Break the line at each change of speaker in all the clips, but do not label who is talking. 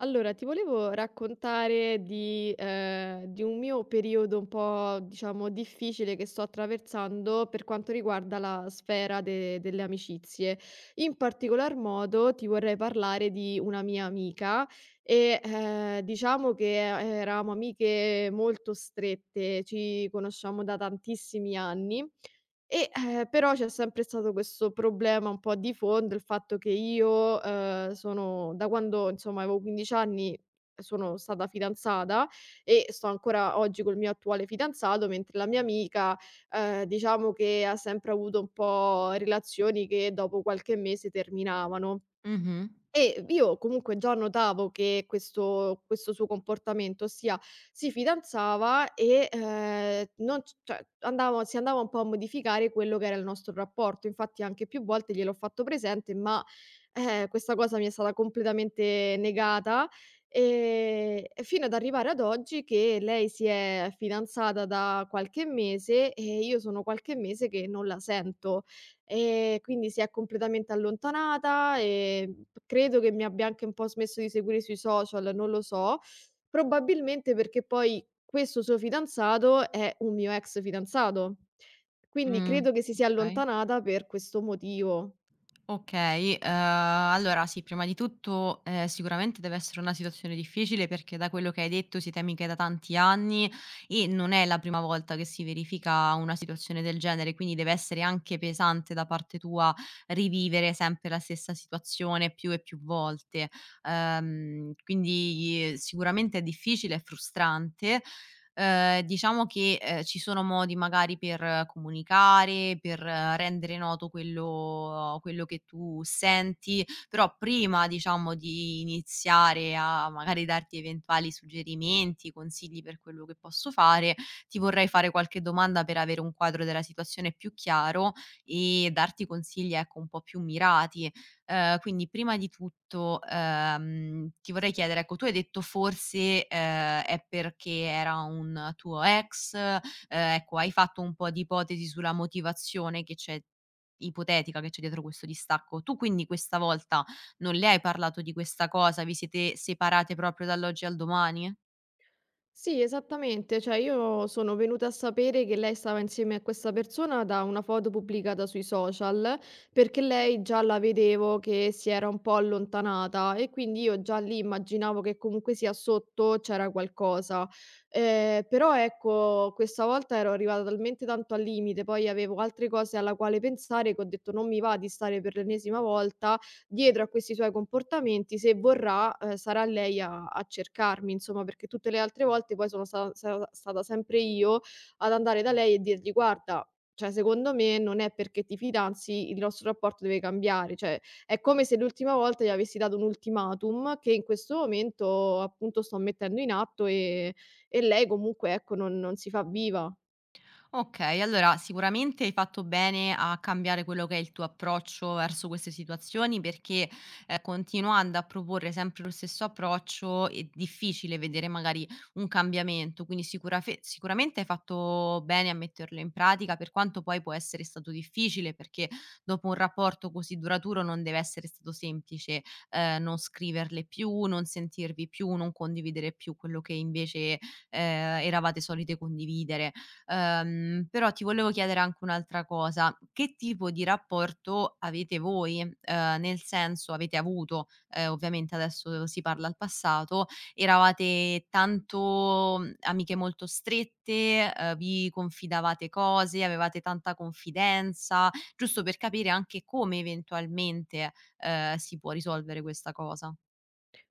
Allora, ti volevo raccontare di un mio periodo un po', diciamo, difficile che sto attraversando per quanto riguarda la sfera de delle amicizie. In particolar modo ti vorrei parlare di una mia amica e, diciamo che eravamo amiche molto strette, ci conosciamo da tantissimi anni e, però c'è sempre stato questo problema un po' di fondo, il fatto che io, sono da quando insomma avevo 15 anni sono stata fidanzata e sto ancora oggi col mio attuale fidanzato, mentre la mia amica, diciamo che ha sempre avuto un po' relazioni che dopo qualche mese terminavano.
Mh-mh.
E io comunque già notavo che questo suo comportamento, ossia si fidanzava e, non c cioè andava si andava un po' a modificare quello che era il nostro rapporto. Infatti anche più volte gliel'ho fatto presente, ma, questa cosa mi è stata completamente negata, ehm, e fino ad arrivare ad oggi che lei si è fidanzata da qualche mese e io sono qualche mese che non la sento. Quindi si è completamente allontanata, credo che mi abbia anche un po' smesso di seguire sui social, non lo so, probabilmente perché poi questo suo fidanzato è un mio ex fidanzato. Quindi
Mh.
credo che si sia
Okay.
allontanata per questo motivo.
Okay, allora sì, prima di tutto, sicuramente deve essere una situazione difficile perché da quello che hai detto siete amiche da tanti anni e non è la prima volta che si verifica una situazione del genere, quindi deve essere anche pesante da parte tua rivivere sempre la stessa situazione più e più volte. Quindi sicuramente è difficile, è frustrante. Diciamo che, ci sono modi magari per comunicare, per rendere noto quello che tu senti, però prima diciamo di iniziare a magari darti eventuali suggerimenti, consigli per quello che posso fare, ti vorrei fare qualche domanda per avere un quadro della situazione più chiaro e darti consigli, ecco, un po' più mirati. Quindi prima di tutto, ti vorrei chiedere, ecco, tu hai detto forse, è perché era un tuo ex, ecco, hai fatto un po' di ipotesi sulla motivazione che c'è ipotetica che c'è dietro questo distacco. Tu quindi questa volta non le hai parlato di questa cosa? Vi siete separate proprio dall'oggi al domani?
Sì, esattamente. Cioè, io sono venuta a sapere che lei stava insieme a questa persona da una foto pubblicata sui social, perché lei già la vedevo che si era un po' allontanata e quindi io già lì immaginavo che comunque sia sotto c'era qualcosa. Però ecco, questa volta ero arrivata talmente tanto al limite, poi avevo altre cose alla quale pensare che ho detto non mi va di stare per l'ennesima volta dietro a questi suoi comportamenti, se vorrà, sarà lei a cercarmi insomma, perché tutte le altre volte poi sono stata sempre io ad andare da lei e dirgli: "Guarda, cioè secondo me non è perché ti fidanzi, il nostro rapporto deve cambiare." Cioè, è come se l'ultima volta gli avessi dato un ultimatum che in questo momento appunto sto mettendo in atto, e lei comunque ecco non si fa viva.
Okay, allora sicuramente hai fatto bene a cambiare quello che è il tuo approccio verso queste situazioni perché, continuando a proporre sempre lo stesso approccio è difficile vedere magari un cambiamento, quindi sicuramente hai fatto bene a metterlo in pratica, per quanto poi può essere stato difficile perché dopo un rapporto così duraturo non deve essere stato semplice, non scriverle più, non sentirvi più, non condividere più quello che invece, eravate solite condividere. Però ti volevo chiedere anche un'altra cosa: che tipo di rapporto avete voi? Nel senso avete avuto, ovviamente adesso si parla al passato, eravate tanto mhmm, amiche molto strette, vi confidavate cose, avevate tanta confidenza? Giusto per capire anche come eventualmente, si può risolvere questa cosa.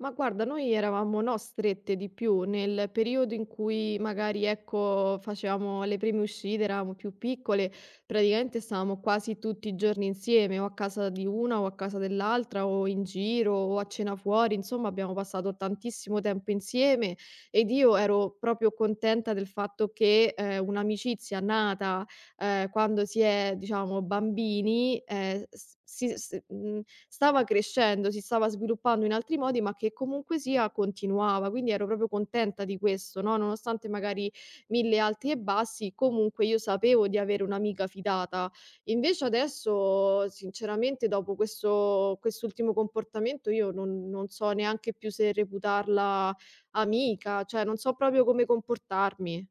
Ma guarda, noi eravamo no strette di più, nel periodo in cui magari, ecco, facevamo le prime uscite, eravamo più piccole, praticamente stavamo quasi tutti i giorni insieme, o a casa di una o a casa dell'altra, o in giro o a cena fuori, insomma abbiamo passato tantissimo tempo insieme ed io ero proprio contenta del fatto che, un'amicizia nata quando si è, diciamo, bambini, s si s mhmm, stava crescendo, si stava sviluppando in altri modi, ma che comunque sia continuava. Quindi ero proprio contenta di questo, no, nonostante magari 1000 alti e bassi, comunque io sapevo di avere un'amica fidata. Invece adesso sinceramente dopo questo quest'ultimo comportamento io non so neanche più se reputarla amica, cioè non so proprio come comportarmi.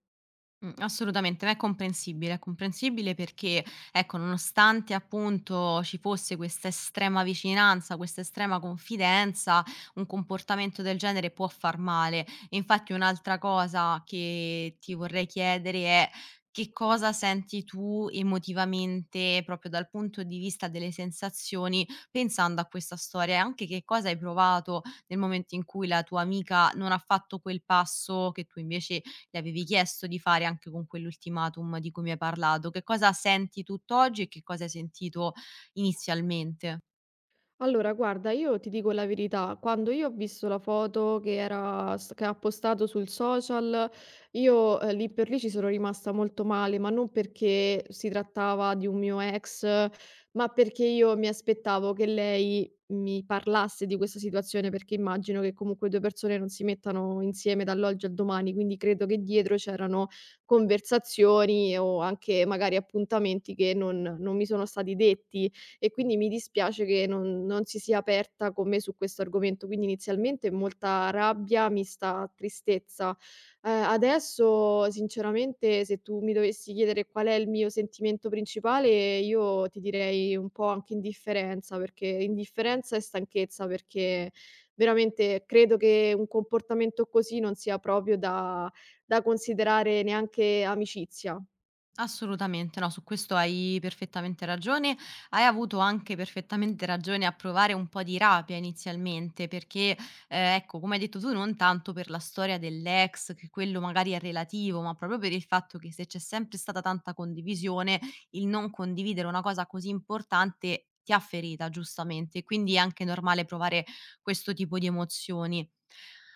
Assolutamente, ma è comprensibile perché, ecco, nonostante appunto ci fosse questa estrema vicinanza, questa estrema confidenza, un comportamento del genere può far male. Infatti un'altra cosa che ti vorrei chiedere è: che cosa senti tu emotivamente, proprio dal punto di vista delle sensazioni, pensando a questa storia? E anche che cosa hai provato nel momento in cui la tua amica non ha fatto quel passo che tu invece le avevi chiesto di fare anche con quell'ultimatum di cui mi hai parlato. Che cosa senti tutt'oggi e che cosa hai sentito inizialmente?
Allora, guarda, io ti dico la verità, quando io ho visto la foto che era s che ha postato sul social, io, lì per lì ci sono rimasta molto male, ma non perché si trattava di un mio ex, ma perché io mi aspettavo che lei mi parlasse di questa situazione, perché immagino che comunque 2 persone non si mettano insieme dall'oggi al domani, quindi credo che dietro c'erano conversazioni o anche magari appuntamenti che non mi sono stati detti e quindi mi dispiace che non si sia aperta con me su questo argomento. Quindi inizialmente molta rabbia mista tristezza. Adesso sinceramente se tu mi dovessi chiedere qual è il mio sentimento principale, io ti direi un po' anche indifferenza, perché indifferenza e stanchezza, perché veramente credo che un comportamento così non sia proprio da considerare neanche amicizia.
Assolutamente, no, su questo hai perfettamente ragione. Hai avuto anche perfettamente ragione a provare un po' di rabbia inizialmente, perché, ecco, come hai detto tu, non tanto per la storia dell'ex, che quello magari è relativo, ma proprio per il fatto che se c'è sempre stata tanta condivisione, il non condividere una cosa così importante ti ha ferita, giustamente. Quindi è anche normale provare questo tipo di emozioni.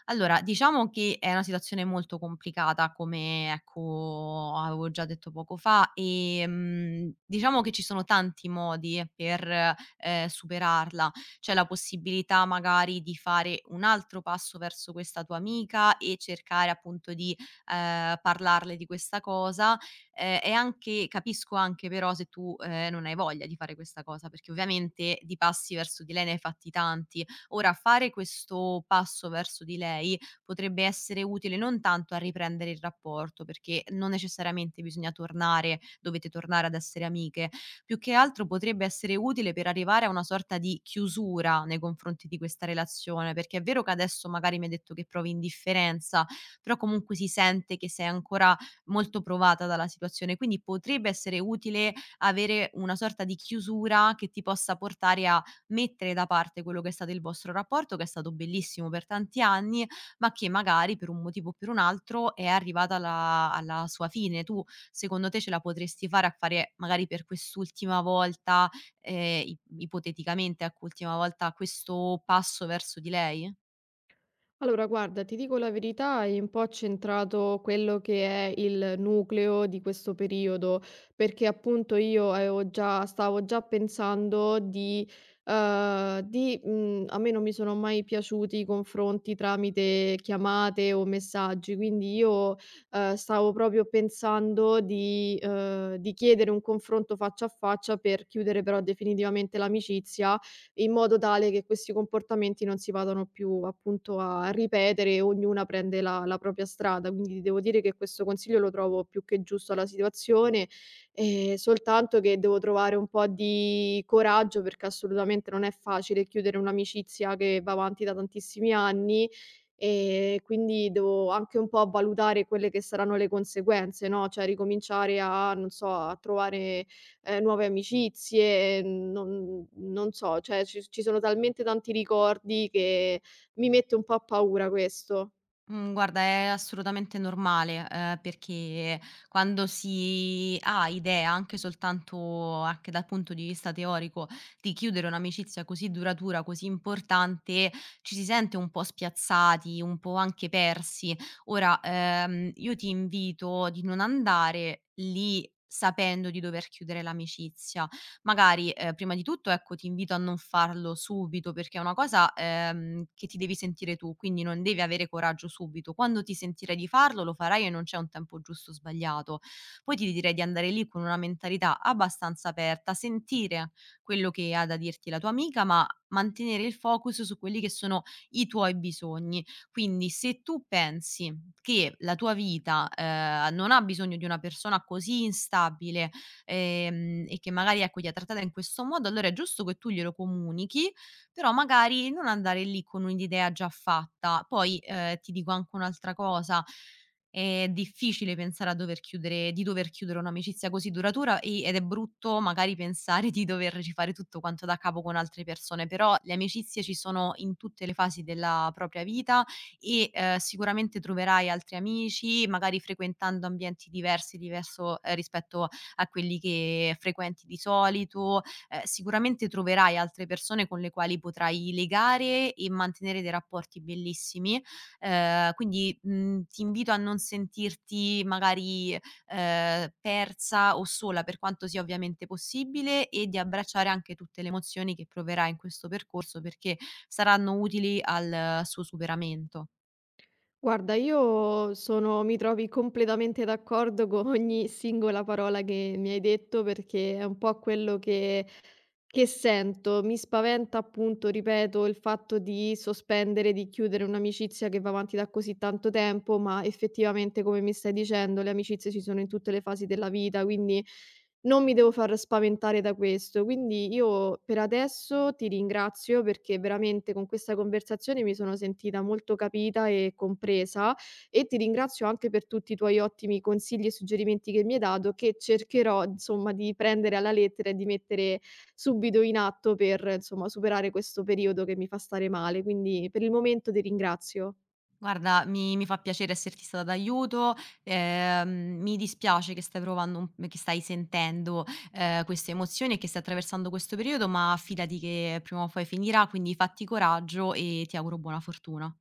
Allora, diciamo che è una situazione molto complicata come, ecco, avevo già detto poco fa. Diciamo che ci sono tanti modi per, superarla. C'è la possibilità magari di fare un altro passo verso questa tua amica e cercare appunto di, parlarle di questa cosa, e anche capisco anche però se tu, non hai voglia di fare questa cosa, perché ovviamente di passi verso di lei ne hai fatti tanti. Ora fare questo passo verso di lei potrebbe essere utile non tanto a riprendere il rapporto, perché non necessariamente bisogna tornare dovete tornare ad essere amiche, più che altro potrebbe essere utile per arrivare a una sorta di chiusura nei confronti di questa relazione, perché è vero che adesso magari mi hai detto che provi indifferenza, però comunque si sente che sei ancora molto provata dalla situazione, quindi potrebbe essere utile avere una sorta di chiusura che ti possa portare a mettere da parte quello che è stato il vostro rapporto, che è stato bellissimo per tanti anni, ma che magari per un motivo o per un altro è arrivata alla sua fine. Tu secondo te ce la potresti fare a fare magari per quest'ultima volta, i ipoteticamente ecco, ultima volta, questo passo verso di lei?
Allora, guarda, ti dico la verità, hai un po' accentrato quello che è il nucleo di questo periodo, perché appunto stavo già pensando di, mm, a me non mi sono mai piaciuti i confronti tramite chiamate o messaggi, quindi io, stavo proprio pensando di chiedere un confronto faccia a faccia per chiudere però definitivamente l'amicizia in modo tale che questi comportamenti non si vadano più appunto a ripetere e ognuna prende la propria strada. Quindi devo dire che questo consiglio lo trovo più che giusto alla situazione, soltanto che devo trovare un po' di coraggio, perché assolutamente non è facile chiudere un'amicizia che va avanti da tantissimi anni, quindi devo anche un po' valutare quelle che saranno le conseguenze, no, cioè ricominciare a non so, a trovare nuove amicizie, non so, cioè ci sono talmente tanti ricordi che mi mette un po' a paura questo.
Mhmm, guarda, è assolutamente normale, perché quando si ha idea, anche soltanto anche dal punto di vista teorico, di chiudere un'amicizia così duratura, così importante, ci si sente un po' spiazzati, un po' anche persi. Ora, io ti invito di non andare lì sapendo di dover chiudere l'amicizia, magari, prima di tutto, ecco, ti invito a non farlo subito perché è una cosa, che ti devi sentire tu, quindi non devi avere coraggio subito. Quando ti sentirai di farlo, lo farai e non c'è un tempo giusto o sbagliato. Poi ti direi di andare lì con una mentalità abbastanza aperta, sentire quello che ha da dirti la tua amica, ma mantenere il focus su quelli che sono i tuoi bisogni. Quindi se tu pensi che la tua vita, non ha bisogno di una persona così instabile, e che magari, ecco, gli ha trattata in questo modo, allora è giusto che tu glielo comunichi, però magari non andare lì con un'idea già fatta. Poi, ti dico anche un'altra cosa, è difficile pensare a dover chiudere di dover chiudere un'amicizia così duratura ed è brutto magari pensare di dover rifare tutto quanto da capo con altre persone, però le amicizie ci sono in tutte le fasi della propria vita e, sicuramente troverai altri amici, magari frequentando ambienti diverso, rispetto a quelli che frequenti di solito, sicuramente troverai altre persone con le quali potrai legare e mantenere dei rapporti bellissimi, quindi, mhmm, ti invito a non sentirti magari, persa o sola, per quanto sia ovviamente possibile, e di abbracciare anche tutte le emozioni che proverai in questo percorso, perché saranno utili al suo superamento.
Guarda, io sono mi trovi completamente d'accordo con ogni singola parola che mi hai detto, perché è un po' quello che sento. Mi spaventa appunto, ripeto, il fatto di sospendere, di chiudere un'amicizia che va avanti da così tanto tempo, ma effettivamente, come mi stai dicendo, le amicizie ci sono in tutte le fasi della vita, quindi non mi devo far spaventare da questo. Quindi io per adesso ti ringrazio perché veramente con questa conversazione mi sono sentita molto capita e compresa e ti ringrazio anche per tutti i tuoi ottimi consigli e suggerimenti che mi hai dato che cercherò insomma di prendere alla lettera e di mettere subito in atto per insomma superare questo periodo che mi fa stare male. Quindi per il momento ti ringrazio.
Guarda, mi fa piacere esserti stata d'aiuto. ehm, Mi dispiace che stai provando un che stai sentendo, queste emozioni e che stai attraversando questo periodo, ma fidati che prima o poi finirà, quindi fatti coraggio e ti auguro buona fortuna.